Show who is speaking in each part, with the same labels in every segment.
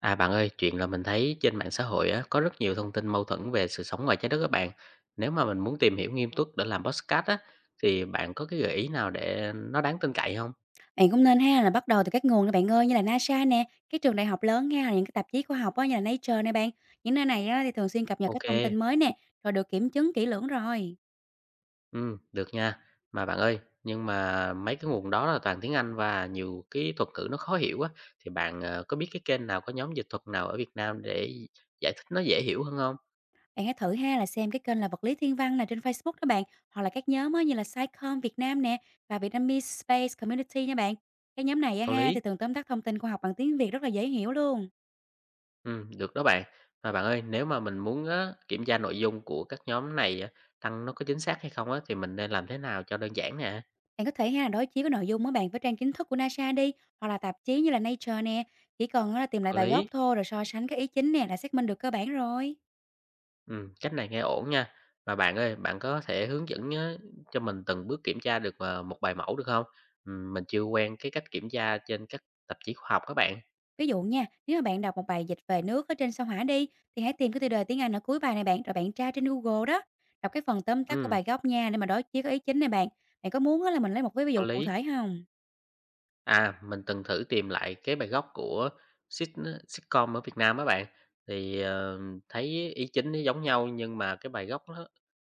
Speaker 1: À bạn ơi, chuyện là mình thấy trên mạng xã hội á, có rất nhiều thông tin mâu thuẫn về sự sống ngoài trái đất các bạn. Nếu mà mình muốn tìm hiểu nghiêm túc để làm podcast á, thì bạn có cái gợi ý nào để nó đáng tin cậy không?
Speaker 2: Bạn cũng nên ha là bắt đầu từ các nguồn nè bạn ơi, như là NASA nè, các trường đại học lớn ha, là những cái tạp chí khoa học á, như là Nature nè bạn. Những nơi này á, thì thường xuyên cập nhật cái
Speaker 1: Ok,
Speaker 2: thông tin mới nè, rồi được kiểm chứng kỹ lưỡng rồi.
Speaker 1: ừ, được nha. Mà bạn ơi, nhưng mà mấy cái nguồn đó là toàn tiếng Anh và nhiều cái thuật ngữ nó khó hiểu á, thì bạn có biết cái kênh nào có nhóm dịch thuật nào ở Việt Nam để giải thích nó dễ hiểu hơn không?
Speaker 2: Bạn hãy thử ha là xem cái kênh là vật lý thiên văn này trên Facebook đó bạn, hoặc là các nhóm á, như là SciComm Việt Nam nè và Vietnamese Space Community nha bạn. Cái nhóm này á,
Speaker 1: Có
Speaker 2: ha
Speaker 1: lý.
Speaker 2: thì thường tóm tắt thông tin khoa học bằng tiếng Việt rất là dễ hiểu luôn.
Speaker 1: Được đó bạn. Mà bạn ơi, nếu mà mình muốn á, kiểm tra nội dung của các nhóm này á, tăng nó có chính xác hay không á, thì mình nên làm thế nào cho đơn giản nè,
Speaker 2: Bạn có thể ha đối chiếu cái nội dung á bạn với trang chính thức của NASA đi, hoặc là tạp chí như là Nature nè, chỉ cần á là tìm lại
Speaker 1: hợp
Speaker 2: bài gốc
Speaker 1: lý?
Speaker 2: thôi rồi so sánh các ý chính nè là xác minh được cơ bản rồi.
Speaker 1: Cách này nghe ổn nha. Mà bạn ơi, bạn có thể hướng dẫn á, cho mình từng bước kiểm tra được một bài mẫu được không? Mình chưa quen cái cách kiểm tra trên các tạp chí khoa học các bạn.
Speaker 2: Ví dụ nha, nếu mà bạn đọc một bài dịch về nước ở trên sao Hỏa đi thì hãy tìm cái tiêu đề tiếng Anh ở cuối bài này bạn rồi bạn tra trên Google đó. Đọc cái phần tóm tắt của
Speaker 1: Ừm,
Speaker 2: bài gốc nha để mà đối chiếu cái ý chính này bạn. Bạn có muốn á là mình lấy một cái ví
Speaker 1: có
Speaker 2: dụ cụ
Speaker 1: lý.
Speaker 2: thể không?
Speaker 1: À, mình từng thử tìm lại cái bài gốc của sit sitcom ở Việt Nam á bạn, thì, thấy ý chính nó giống nhau nhưng mà cái bài gốc nó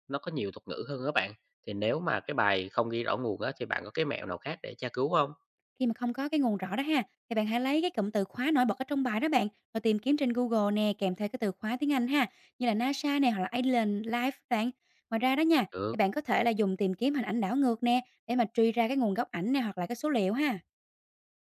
Speaker 1: nó có nhiều thuật ngữ hơn á bạn. Thì nếu mà cái bài không ghi rõ nguồn á, thì bạn có cái mẹo nào khác để tra cứu không?
Speaker 2: Khi mà không có cái nguồn rõ đó ha, thì bạn hãy lấy cái cụm từ khóa nổi bật ở trong bài đó bạn, rồi tìm kiếm trên Google nè, kèm theo cái từ khóa tiếng Anh ha, như là NASA nè, hoặc là Island Life bạn. Ngoài ra đó nha, thì
Speaker 1: Được,
Speaker 2: bạn có thể là dùng tìm kiếm hình ảnh đảo ngược nè, để mà truy ra cái nguồn gốc ảnh nè, hoặc là cái số liệu ha.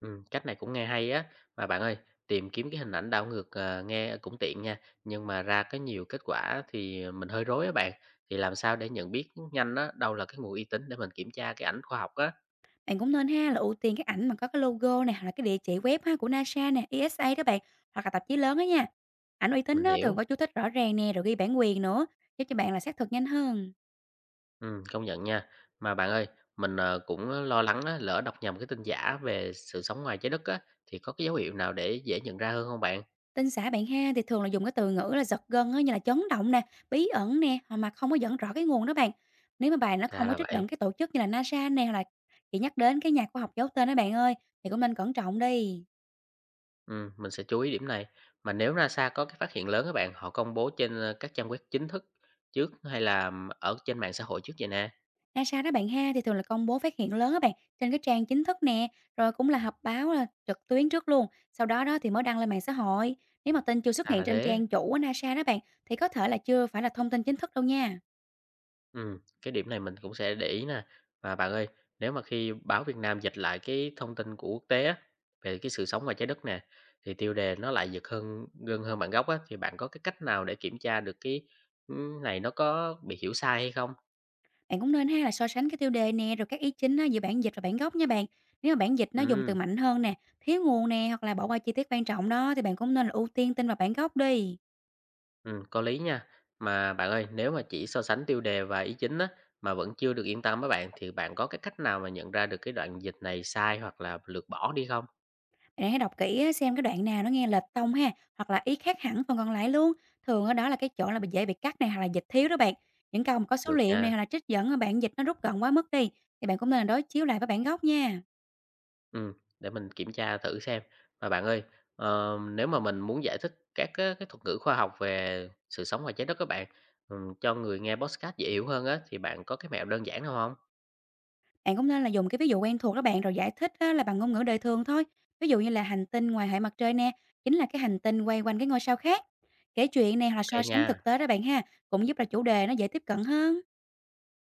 Speaker 1: cách này cũng nghe hay á. Mà bạn ơi, tìm kiếm cái hình ảnh đảo ngược, nghe cũng tiện nha, nhưng mà ra cái nhiều kết quả thì mình hơi rối á bạn. Thì làm sao để nhận biết nhanh á, đâu là cái nguồn uy tín để mình kiểm tra cái ảnh khoa học á?
Speaker 2: Bạn cũng nên ha là ưu tiên các ảnh mà có cái logo nè, hoặc là cái địa chỉ web ha của NASA nè, ESA đó bạn, hoặc là tạp chí lớn đó nha. Ảnh uy tín
Speaker 1: Mình
Speaker 2: đó thường
Speaker 1: hiểu.
Speaker 2: có chú thích rõ ràng nè, rồi ghi bản quyền nữa, giúp cho bạn là xác thực nhanh hơn.
Speaker 1: Công nhận nha. Mà bạn ơi, mình, cũng lo lắng á, lỡ đọc nhầm cái tin giả về sự sống ngoài trái đất á, thì có cái dấu hiệu nào để dễ nhận ra hơn không bạn?
Speaker 2: Tin xã bạn ha thì thường là dùng cái từ ngữ là giật gân á, như là chấn động nè, bí ẩn nè, hoặc mà không có dẫn rõ cái nguồn đó bạn. Nếu mà bài nó
Speaker 1: Ra
Speaker 2: không có
Speaker 1: là
Speaker 2: trích
Speaker 1: vậy.
Speaker 2: dẫn cái tổ chức như là NASA nè, hoặc là chỉ nhắc đến cái nhà khoa học giấu tên đó bạn ơi, thì cũng nên cẩn trọng đi.
Speaker 1: Mình sẽ chú ý điểm này. Mà nếu NASA có cái phát hiện lớn các bạn, họ công bố trên, các trang web chính thức trước hay là ở trên mạng xã hội trước vậy nè?
Speaker 2: NASA đó bạn ha thì thường là công bố phát hiện lớn á bạn trên cái trang chính thức nè, rồi cũng là họp báo là trực tuyến trước luôn, sau đó đó thì mới đăng lên mạng xã hội. Nếu mà tin chưa xuất
Speaker 1: Ra
Speaker 2: hiện
Speaker 1: là
Speaker 2: trên
Speaker 1: thế.
Speaker 2: trang chủ của NASA đó bạn, thì có thể là chưa phải là thông tin chính thức đâu nha.
Speaker 1: Cái điểm này mình cũng sẽ để ý nè. Và bạn ơi, nếu mà khi báo Việt Nam dịch lại cái thông tin của quốc tế á, về cái sự sống ngoài trái đất nè, thì tiêu đề nó lại giật hơn gần hơn bản gốc á, thì bạn có cái cách nào để kiểm tra được cái, này nó có bị hiểu sai hay không?
Speaker 2: Bạn cũng nên ha là so sánh cái tiêu đề nè, rồi các ý chính á, giữa bản dịch và bản gốc nha bạn. Nếu mà bản dịch nó dùng từ
Speaker 1: Ừm,
Speaker 2: mạnh hơn nè, thiếu nguồn nè, hoặc là bỏ qua chi tiết quan trọng đó, thì bạn cũng nên là ưu tiên tin vào bản gốc đi.
Speaker 1: có lý nha. Mà bạn ơi, nếu mà chỉ so sánh tiêu đề và ý chính á, mà vẫn chưa được yên tâm với bạn, thì bạn có cái cách nào mà nhận ra được cái đoạn dịch này sai hoặc là lược bỏ đi không?
Speaker 2: Bạn hãy đọc kỹ á, xem cái đoạn nào nó nghe lệch tông ha, hoặc là ý khác hẳn phần còn lại luôn. Thường ở đó là cái chỗ là bị dễ bị cắt này, hoặc là dịch thiếu đó bạn. Những câu mà có số
Speaker 1: Được
Speaker 2: liệu này, hoặc
Speaker 1: nha.
Speaker 2: là trích dẫn ở bản dịch nó rút gọn quá mức đi, thì bạn cũng nên là đối chiếu lại với bản gốc nha.
Speaker 1: Ừm, để mình kiểm tra thử xem. Mà bạn ơi, nếu mà mình muốn giải thích các cái thuật ngữ khoa học về sự sống ngoài trái đất các bạn, cho người nghe podcast dễ hiểu hơn á, thì bạn có cái mẹo đơn giản nào không?
Speaker 2: Bạn cũng nên là dùng cái ví dụ quen thuộc đó bạn, rồi giải thích á là bằng ngôn ngữ đời thường thôi. Ví dụ như là hành tinh ngoài hệ mặt trời nè, chính là cái hành tinh quay quanh cái ngôi sao khác. Kể chuyện nè, hoặc là
Speaker 1: Ok
Speaker 2: so
Speaker 1: nha.
Speaker 2: sánh thực tế đó bạn ha, cũng giúp là chủ đề nó dễ tiếp cận hơn.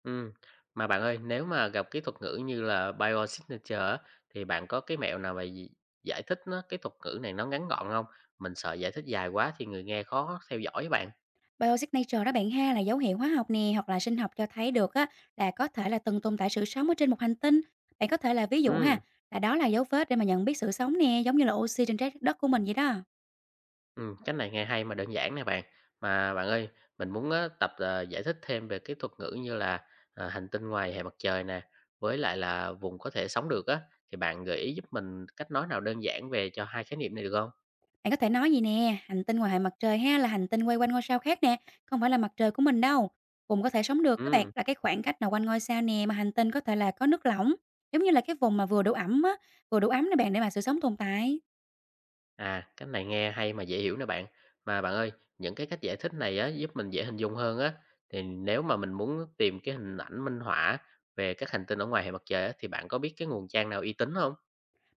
Speaker 1: Ừ. Mà bạn ơi, nếu mà gặp cái thuật ngữ như là Biosignature á, thì bạn có cái mẹo nào mà giải thích nó cái thuật ngữ này nó ngắn gọn không? Mình sợ giải thích dài quá thì người nghe khó theo dõi á bạn.
Speaker 2: Biosignature đó bạn ha, là dấu hiệu hóa học nè, hoặc là sinh học cho thấy được á là có thể là từng tồn tại sự sống ở trên một hành tinh. Bạn có thể là ví dụ
Speaker 1: Ừ.
Speaker 2: ha, là đó là dấu vết để mà nhận biết sự sống nè, giống như là oxy trên trái đất của mình vậy đó.
Speaker 1: Cách này nghe hay mà đơn giản nè bạn. Mà bạn ơi, mình muốn á, tập, giải thích thêm về cái thuật ngữ như là, hành tinh ngoài hệ mặt trời nè, với lại là vùng có thể sống được á, thì bạn gợi ý giúp mình cách nói nào đơn giản về cho hai khái niệm này được không?
Speaker 2: Bạn có thể nói gì nè, hành tinh ngoài hệ mặt trời ha là hành tinh quay quanh ngôi sao khác nè, không phải là mặt trời của mình đâu. Vùng có thể sống được các bạn
Speaker 1: Ừm,
Speaker 2: là cái khoảng cách nào quanh ngôi sao nè mà hành tinh có thể là có nước lỏng, giống như là cái vùng mà vừa đủ ẩm á, vừa đủ ấm để bạn để mà sự sống tồn tại.
Speaker 1: à, cách này nghe hay mà dễ hiểu nè bạn. Mà bạn ơi, những cái cách giải thích này á, giúp mình dễ hình dung hơn á, thì nếu mà mình muốn tìm cái hình ảnh minh họa về các hành tinh ở ngoài hệ mặt trời á, thì bạn có biết cái nguồn trang nào uy tín không?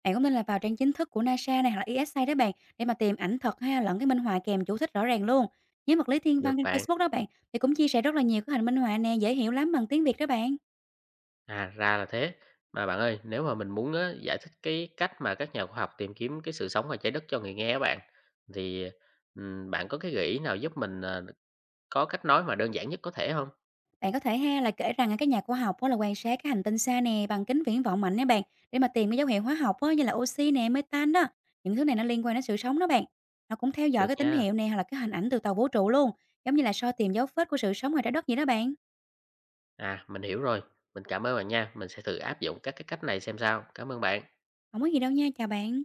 Speaker 2: Bạn cũng nên là vào trang chính thức của NASA này, hoặc là ESA đó bạn, để mà tìm ảnh thật ha lẫn cái minh họa kèm chú thích rõ ràng luôn. Nhóm vật lý thiên văn
Speaker 1: Được
Speaker 2: trên
Speaker 1: bạn.
Speaker 2: Facebook đó bạn thì cũng chia sẻ rất là nhiều cái hình minh họa nè, dễ hiểu lắm bằng tiếng Việt đó bạn.
Speaker 1: À, ra là thế. Mà bạn ơi, nếu mà mình muốn á, giải thích cái cách mà các nhà khoa học tìm kiếm cái sự sống ngoài trái đất cho người nghe á bạn, thì bạn có cái gợi ý nào giúp mình có cách nói mà đơn giản nhất có thể không?
Speaker 2: Bạn có thể ha là kể rằng các nhà khoa học á, là quan sát cái hành tinh xa nè bằng kính viễn vọng mạnh nè bạn, để mà tìm cái dấu hiệu hóa học á, như là oxy nè, metan đó. Những thứ này nó liên quan đến sự sống đó bạn. Họ cũng theo dõi
Speaker 1: Được
Speaker 2: cái tín
Speaker 1: nha.
Speaker 2: hiệu nè, hoặc là cái hình ảnh từ tàu vũ trụ luôn, giống như là soi tìm dấu vết của sự sống ngoài trái đất vậy đó bạn.
Speaker 1: À, mình hiểu rồi. Mình cảm ơn bạn nha. Mình sẽ thử áp dụng các cái cách này xem sao. Cảm ơn bạn.
Speaker 2: Không có gì đâu nha, chào bạn.